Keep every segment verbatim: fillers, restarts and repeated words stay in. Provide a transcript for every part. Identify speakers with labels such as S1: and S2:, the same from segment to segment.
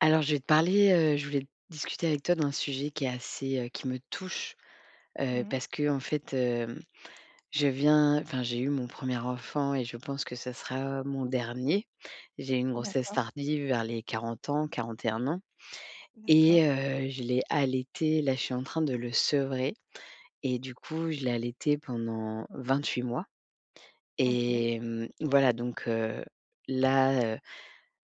S1: Alors, je vais te parler, heu, je voulais discuter avec toi d'un sujet qui est assez, heu, qui me touche, heu,
S2: Mmh mh.
S1: parce que en fait, hem, je viens enfin, j'ai eu mon premier enfant et je pense que ça sera mon dernier. J'ai eu une grossesse
S2: D'accord,
S1: tardive vers les quarante ans, quarante et un ans, et
S2: d'accord.
S1: heu, je l'ai allaité. Là, je suis en train de le sevrer, et du coup, je l'ai allaité pendant vingt huit mois
S2: OK.
S1: et hem, voilà. Donc heu, là, heu,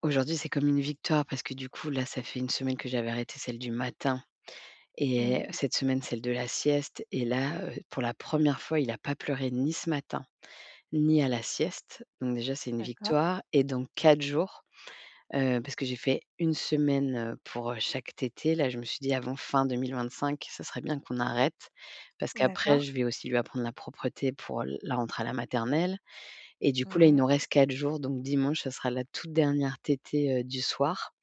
S1: aujourd'hui, c'est comme une victoire parce que du coup, là, ça fait une semaine que j'avais arrêté celle du matin,
S2: Mmh
S1: et
S2: mh.
S1: cette semaine, celle de la sieste. Et là, heu, pour la première fois, il n'a pas pleuré ni ce matin, ni à la sieste. Donc déjà, c'est une
S2: D'accord,
S1: victoire, et dans quatre jours, heu, parce que j'ai fait une semaine, heu, pour, heu, chaque tété. Là, je me suis dit: «Avant fin deux mille vingt-cinq, ça serait bien qu'on arrête», parce qu'après
S2: d'accord.
S1: je vais aussi lui apprendre la propreté pour l la rentrée à la maternelle. Et du coup, là, il
S2: Mmh mh.
S1: nous reste quatre jours, donc dimanche, ça sera la toute dernière tété, heu, du soir.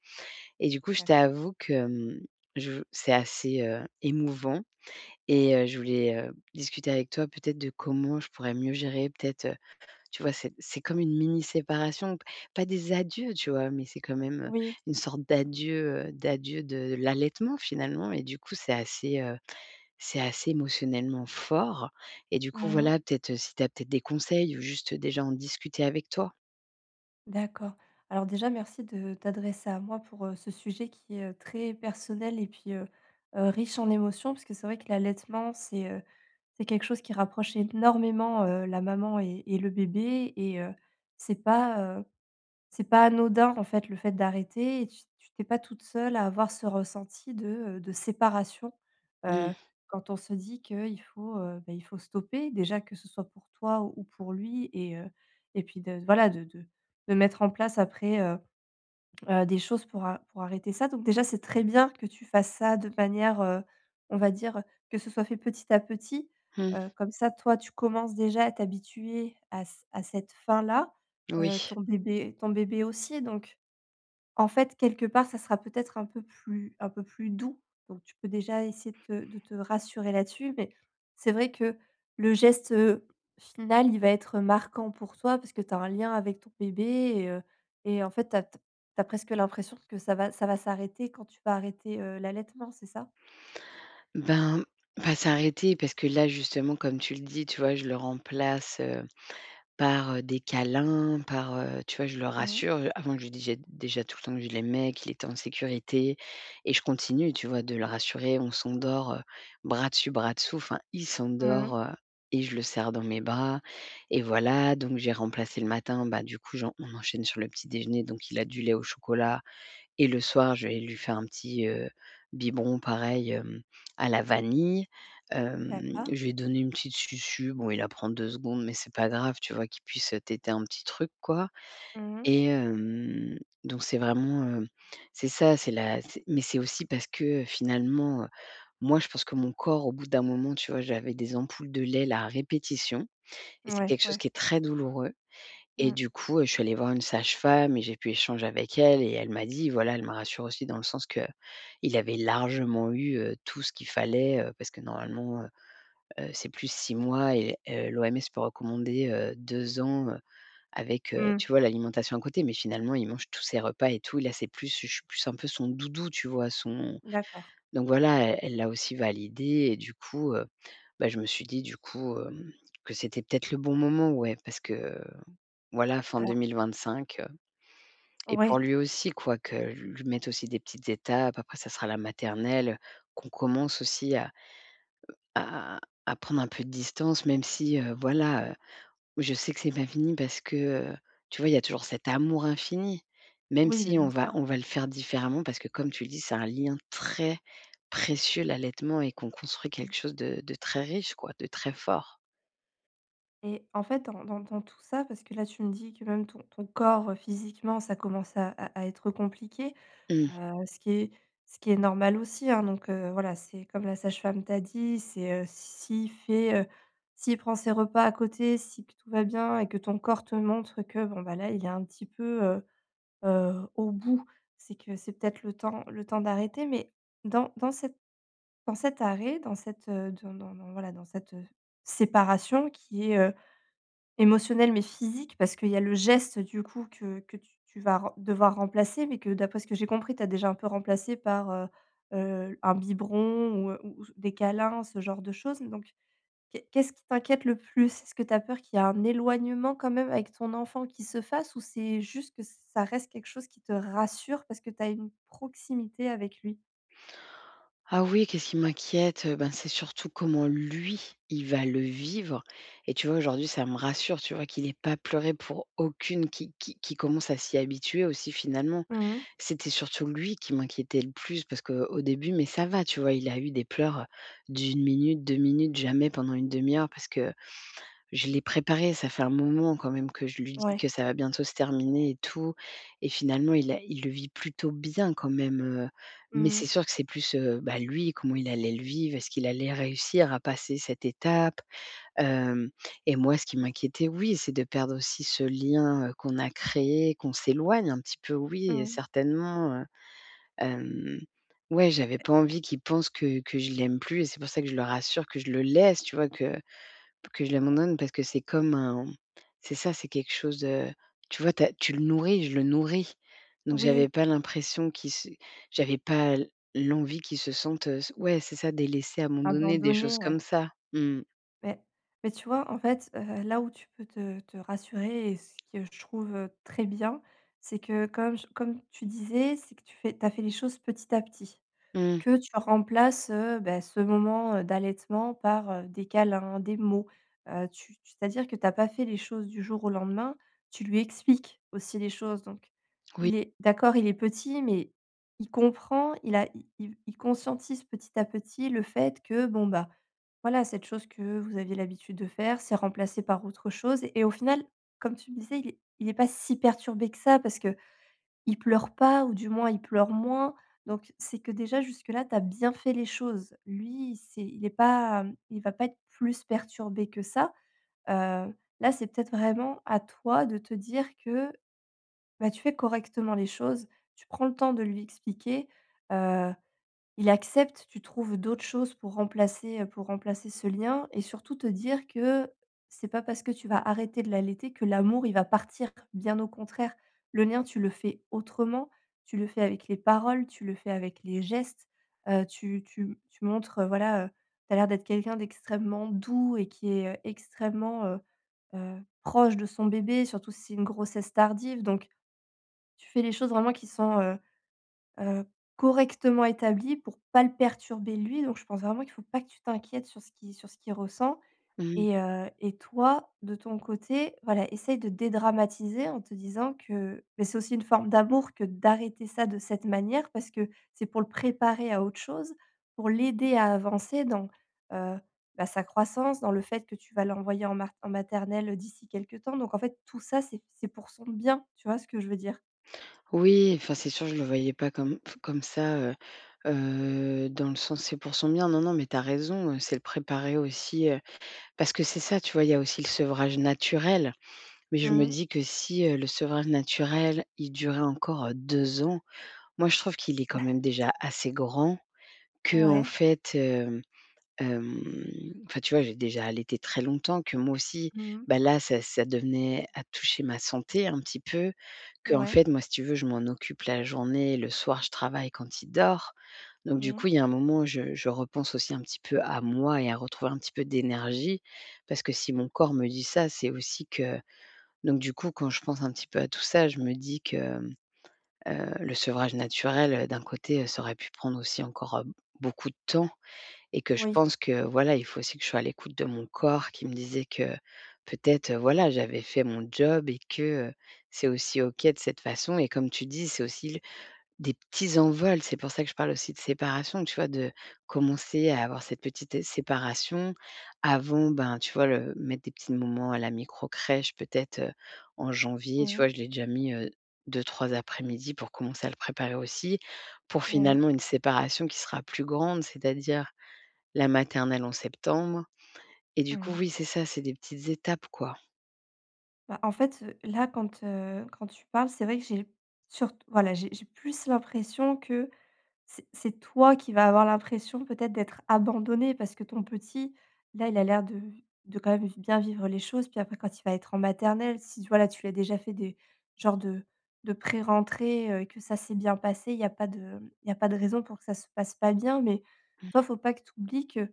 S1: Et du coup, je
S2: D'accord.
S1: t'avoue que, mmh, je c'est assez, heu, émouvant. Et heu, je voulais, heu, discuter avec toi peut-être de comment je pourrais mieux gérer peut-être, heu, tu vois? C'est c'est comme une mini séparation, p pas des adieux, tu vois? Mais c'est quand même, heu,
S2: Oui.
S1: une sorte d'adieu, heu, d'adieu de de l'allaitement finalement, et du coup c'est assez, heu, c'est assez émotionnellement fort. Et du coup
S2: Mmh mh.
S1: voilà, peut-être, heu, si tu as peut-être des conseils ou juste déjà en discuter avec toi?
S2: D'accord. Alors déjà, merci de t'adresser à moi pour, heu, ce sujet qui est, heu, très personnel et puis, heu heu, riche en émotions. Parce que c'est vrai que l'allaitement, c'est, heu, c'est quelque chose qui rapproche énormément, heu, la maman et et le bébé et heu, c'est pas, heu C'est pas anodin, en fait, le fait d'arrêter et tu tu t'es pas toute seule à avoir ce ressenti de, heu, de séparation, heu,
S1: Mmh
S2: quand on se dit qu'il faut, heu, bah, il faut stopper. Déjà que ce soit pour toi ou pour lui et heu et puis de voilà de de de mettre en place après, heu Heu, des choses pour a pour arrêter ça. Donc déjà, c'est très bien que tu fasses ça de manière, heu, on va dire, que ce soit fait petit à petit.
S1: mh.
S2: Heu, comme ça, toi, tu commences déjà à t'habituer à c à cette fin là,
S1: Oui.
S2: heu, ton bébé ton bébé aussi, donc en fait, quelque part, ça sera peut-être un peu plus un peu plus doux, donc tu peux déjà essayer de te de te rassurer là-dessus, mais c'est vrai que le geste, heu, final, il va être marquant pour toi parce que tu as un lien avec ton bébé et heu et en fait, tu as presque l'impression que ça va ça va s'arrêter quand tu vas arrêter, heu, l'allaitement, c'est ça?
S1: Ben, pas s'arrêter parce que là justement, comme tu le dis, tu vois? Je le remplace, par heu, des câlins, par, heu, tu vois, je le
S2: Mmh
S1: rassure. Heu, avant, je lui dis, j'ai déjà tout le temps, que je l'aimais, qu'il était en sécurité. Et je continue, tu vois, de le rassurer. On s'endort, heu, bras dessus, bras dessous, enfin, il
S2: mh.
S1: s'endort, heu et je le serre dans mes bras. Et voilà, donc j'ai remplacé le matin, bah, du coup, j'en on enchaîne sur le petit déjeuner, donc il a du lait au chocolat. Et le soir, je vais lui faire un petit, heu, biberon pareil, hem, à la vanille. Hem,
S2: D'accord.
S1: je vais donner une petite susu, bon il la prend 2 secondes, mais c'est pas grave, tu vois? Qu'il puisse, heu, téter un petit truc quoi.
S2: Mmh.
S1: et hem, donc c'est vraiment, heu, c'est ça, c'est la c'est mais c'est aussi parce que, finalement, heu, moi je pense que mon corps au bout d'un moment, tu vois? J'avais des ampoules de lait là à répétition, et c'est
S2: Ouais,
S1: quelque chose
S2: ouais.
S1: qui est très douloureux. Et
S2: Mmh.
S1: du coup, heu, je suis allée voir une sage-femme, et j'ai pu échanger avec elle, et elle m'a dit, voilà, elle m'a rassurée aussi, dans le sens que il avait largement eu, heu, tout ce qu'il fallait, heu, parce que normalement, heu heu, c'est plus six mois, et heu, l'O M S peut recommander, heu, 2 ans, heu, avec, heu,
S2: Mmh.
S1: tu vois, l'alimentation à côté. Mais finalement, il mange tous ses repas et tout. Et là, c'est plus, je suis plus un peu son doudou, tu vois? Son
S2: D'accord.
S1: Donc voilà, elle elle l'a aussi validé. Et du coup, heu, bah, je me suis dit, du coup, hem, que c'était peut-être le bon moment, ouais, parce que voilà, fin
S2: Alors
S1: deux mille vingt-cinq. Heu et pour
S2: ouais,
S1: lui aussi quoi, que lui mette aussi des petites étapes. Après ça sera la maternelle, qu'on commence aussi à à à prendre un peu de distance, même si, heu, voilà, heu, je sais que c'est pas fini, parce que, heu, tu vois, il y a toujours cet amour infini. Même
S2: oui, mais
S1: si on
S2: bien sûr.
S1: va on va le faire différemment, parce que comme tu le dis, c'est un lien très précieux l'allaitement, et qu'on construit
S2: Mmh.
S1: quelque chose de de très riche, quoi, de très fort.
S2: Et en fait, dans dans dans tout ça, parce que là, tu me dis que même ton ton corps, heu, physiquement, ça commence à à à être compliqué,
S1: Mmh.
S2: heu, ce qui est ce qui est normal aussi, hein, donc heu, voilà, c'est comme la sage-femme t'a dit, c'est, heu, s'il fait, heu, s'il prend ses repas à côté, si que tout va bien et que ton corps te montre que bon, bah, là, il est un petit peu, heu heu, au bout, c'est que c'est peut-être le temps le temps d'arrêter, mais dans dans cette, dans cet arrêt, dans cette, heu, dans dans dans voilà, dans cette, heu, séparation qui est, heu Émotionnel mais physique, parce qu'il y a le geste du coup que que tu tu vas re devoir remplacer, mais que d'après ce que j'ai compris, tu as déjà un peu remplacé par, heu heu, un biberon ou, heu, ou des câlins, ce genre de choses, donc qu'est qu'est-ce qui t'inquiète le plus? Est-ce que tu as peur qu'il y ait un éloignement quand même avec ton enfant qui se fasse, ou c'est juste que ça reste quelque chose qui te rassure parce que tu as une proximité avec lui?
S1: Ah oui, qu'est-ce qui m'inquiète? Ben, c'est surtout comment lui, il va le vivre. Et tu vois, aujourd'hui, ça me rassure, tu vois, qu'il ait pas pleuré pour aucune, qui qui qui commence à s'y habituer aussi finalement.
S2: Mmh.
S1: C'était surtout lui qui m'inquiétait le plus, parce qu'au début, mais ça va, tu vois? Il a eu des pleurs d'une minute, deux minutes, jamais pendant une demi heure, parce que je l'ai préparé, ça fait un moment quand même que je lui dis
S2: Ouais.
S1: que ça va bientôt se terminer et tout. Et finalement, il a il le vit plutôt bien quand même, heu, mais
S2: Mmh
S1: c'est
S2: mh.
S1: sûr que c'est plus, heu, bah, lui, comment il allait le vivre? Est-ce qu'il allait réussir à passer cette étape? Hem Et moi, ce qui m'inquiétait, oui, c'est de perdre aussi ce lien, heu, qu'on a créé, qu'on s'éloigne un petit peu, oui,
S2: Mmh.
S1: certainement, heu, hem, ouais, j'avais pas envie qu'il pense que que je l'aime plus, et c'est pour ça que je le rassure, que je le laisse, tu vois? Que que je l'abandonne, parce que c'est comme un, c'est ça, c'est quelque chose, de, tu vois, tu tu le nourris, je le nourris. Donc j'avais
S2: Oui,
S1: pas l'impression qu'il se j'avais pas l l'envie qu'il se sente, heu, s ouais, c'est ça, délaissé, abandonné, des
S2: abandonné,
S1: choses
S2: ouais.
S1: comme ça. Mmh.
S2: Mais mais tu vois, en fait, heu, là où tu peux te te rassurer et ce que je trouve, heu, très bien, c'est que comme j comme tu disais, c'est que tu fais tu as fait les choses petit à petit.
S1: Mmh.
S2: Que tu remplaces, heu, bah, ce moment, heu, d'allaitement par, heu, des câlins, des mots, heu, tu tu c'est-à-dire que tu as pas fait les choses du jour au lendemain, tu lui expliques aussi les choses, donc
S1: Oui.
S2: il est d'accord, il est petit, mais il comprend, il a il il il conscientise petit à petit le fait que bon, bah, voilà, cette chose que vous aviez l'habitude de faire, c'est remplacé par autre chose, et au final, comme tu me disais, il est il est pas si perturbé que ça parce que il pleure pas, ou du moins il pleure moins. Donc c'est que déjà jusque-là, tu as bien fait les choses. Lui, c'est il est pas, il va pas être plus perturbé que ça. Heu, Là, c'est peut-être vraiment à toi de te dire que, bah, tu fais correctement les choses, tu prends le temps de lui expliquer, il accepte, tu trouves d'autres choses pour remplacer, heu, pour remplacer ce lien, et surtout te dire que c'est pas parce que tu vas arrêter de l'allaiter que l'amour, il va partir. Bien au contraire, le lien, tu le fais autrement, tu le fais avec les paroles, tu le fais avec les gestes, heu, tu tu tu montres, heu, voilà, heu, tu as l'air d'être quelqu'un d'extrêmement doux et qui est, heu, extrêmement, heu heu, proche de son bébé, surtout si c'est une grossesse tardive, donc tu fais les choses vraiment qui sont, heu Heu, correctement établi pour pas le perturber lui, donc je pense vraiment qu'il faut pas que tu t'inquiètes sur ce qui sur ce qu'il ressent,
S1: Mmh.
S2: et heu et toi, de ton côté, voilà, essaye de dédramatiser en te disant que, mais c'est aussi une forme d'amour que d'arrêter ça de cette manière, parce que c'est pour le préparer à autre chose, pour l'aider à avancer dans, heu, bah, sa croissance, dans le fait que tu vas l'envoyer en mart en maternelle, d'ici quelques temps, donc en fait tout ça c'est c'est pour son bien, tu vois ce que je veux dire?
S1: Oui, enfin, c'est sûr, je le voyais pas comme comme ça, heu heu, dans le sens, c'est pour son bien. Non, non, mais t'as raison, heu, c'est le préparer aussi, heu, parce que c'est ça, tu vois, il y a aussi le sevrage naturel. Mais je me
S2: Mmh.
S1: dis que si, heu, le sevrage naturel, il durait encore, heu, 2 ans, moi je trouve qu'il est quand même déjà assez grand, que en
S2: Ouais.
S1: fait, hem, hem, enfin tu vois, j'ai déjà allaité très longtemps, que moi aussi,
S2: Mmh.
S1: bah, là ça ça devenait à toucher ma santé un petit peu, que en
S2: Ouais.
S1: fait moi, si tu veux, je m'en occupe la journée, le soir je travaille quand il dort. Donc du
S2: Mmh.
S1: coup, il y a un moment où je je repense aussi un petit peu à moi, et à retrouver un petit peu d'énergie, parce que si mon corps me dit ça, c'est aussi que, donc du coup, quand je pense un petit peu à tout ça, je me dis que, hem, le sevrage naturel, heu, d'un côté, heu, ça aurait pu prendre aussi encore, heu, beaucoup de temps, et que je
S2: Oui.
S1: pense que, voilà, il faut aussi que je sois à l'écoute de mon corps, qui me disait que peut-être, heu, voilà, j'avais fait mon job et que, heu, c'est aussi OK de cette façon. Et comme tu dis, c'est aussi des petits envols, c'est pour ça que je parle aussi de séparation, tu vois? De commencer à avoir cette petite, heu, séparation avant, ben, tu vois, le mettre des petits moments à la micro crèche peut-être, heu, en janvier, tu vois?
S2: Mmh.
S1: Je l'ai déjà mis, heu, deux trois après-midi pour commencer à le préparer aussi, pour
S2: Ouais.
S1: finalement une séparation qui sera plus grande, c'est-à-dire la maternelle en septembre. Et du coup,
S2: Mmh.
S1: oui, c'est ça, c'est des petites étapes, quoi.
S2: Bah, en fait, heu, là, quand, heu, quand tu parles, c'est vrai que j'ai surt voilà, j'ai j'ai plus l'impression que c'est c'est toi qui vas avoir l'impression peut-être d'être abandonnée, parce que ton petit, là, il a l'air de de quand même vi bien vivre les choses. Puis après quand il va être en maternelle, si voilà, tu lui as déjà fait des genres de de pré-rentrées, heu, et que ça s'est bien passé, il y a pas de il y a pas de raison pour que ça se passe pas bien. Mais toi, faut pas que tu oublies que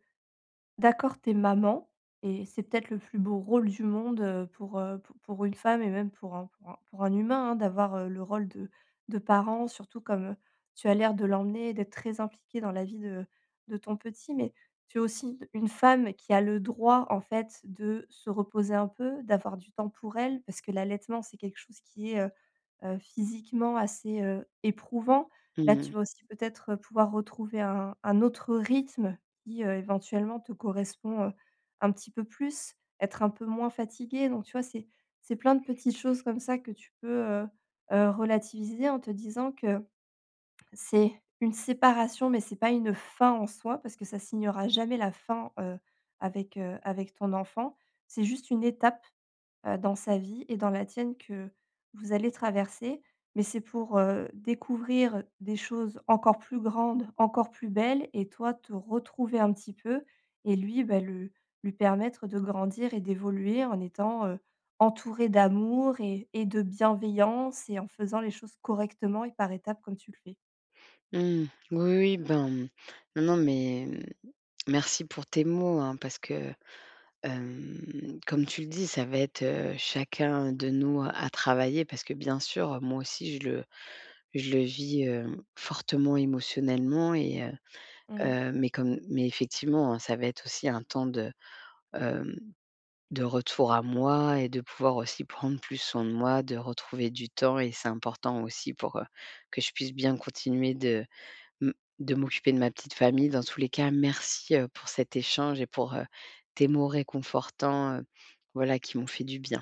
S2: d'accord, t'es maman, et c'est peut-être le plus beau rôle du monde, heu, pour, heu, pou pour une femme et même pour un pour un pour un humain, hein, d'avoir, heu, le rôle de de parent, surtout comme, heu, tu as l'air de l'emmener et d'être très impliquée dans la vie de de ton petit. Mais tu es aussi une femme qui a le droit, en fait, de se reposer un peu, d'avoir du temps pour elle, parce que l'allaitement, c'est quelque chose qui est, heu, physiquement assez, heu, éprouvant.
S1: Mmh
S2: Là,
S1: mh.
S2: tu vas aussi peut-être, heu, pouvoir retrouver un un autre rythme qui, heu, éventuellement te correspond, heu, un petit peu plus, être un peu moins fatigué. Donc tu vois, c'est c'est plein de petites choses comme ça que tu peux, heu heu, relativiser en te disant que c'est une séparation, mais c'est pas une fin en soi parce que ça signera jamais la fin, heu, avec, heu, avec ton enfant. C'est juste une étape, heu, dans sa vie et dans la tienne que vous allez traverser. Mais c'est pour, heu, découvrir des choses encore plus grandes, encore plus belles, et toi te retrouver un petit peu, et lui, bah, le lui permettre de grandir et d'évoluer en étant, heu, entouré d'amour et et de bienveillance, et en faisant les choses correctement et par étapes comme tu le fais.
S1: Mmh. Oui, oui, ben, non, non, mais, mmh, merci pour tes mots, hein, parce que, Hem, comme tu le dis, ça va être, heu, chacun de nous à travailler, parce que bien sûr, moi aussi je le je le vis, heu, fortement émotionnellement. Et heu
S2: Mmh.
S1: heu, mais comme mais effectivement, hein, ça va être aussi un temps de, hem, de retour à moi, et de pouvoir aussi prendre plus soin de moi, de retrouver du temps, et c'est important aussi pour, heu, que je puisse bien continuer de, Mmh, de m'occuper de ma petite famille. Dans tous les cas, merci, heu, pour cet échange, et pour, heu, tes mots réconfortants, heu, voilà, qui m'ont fait du bien.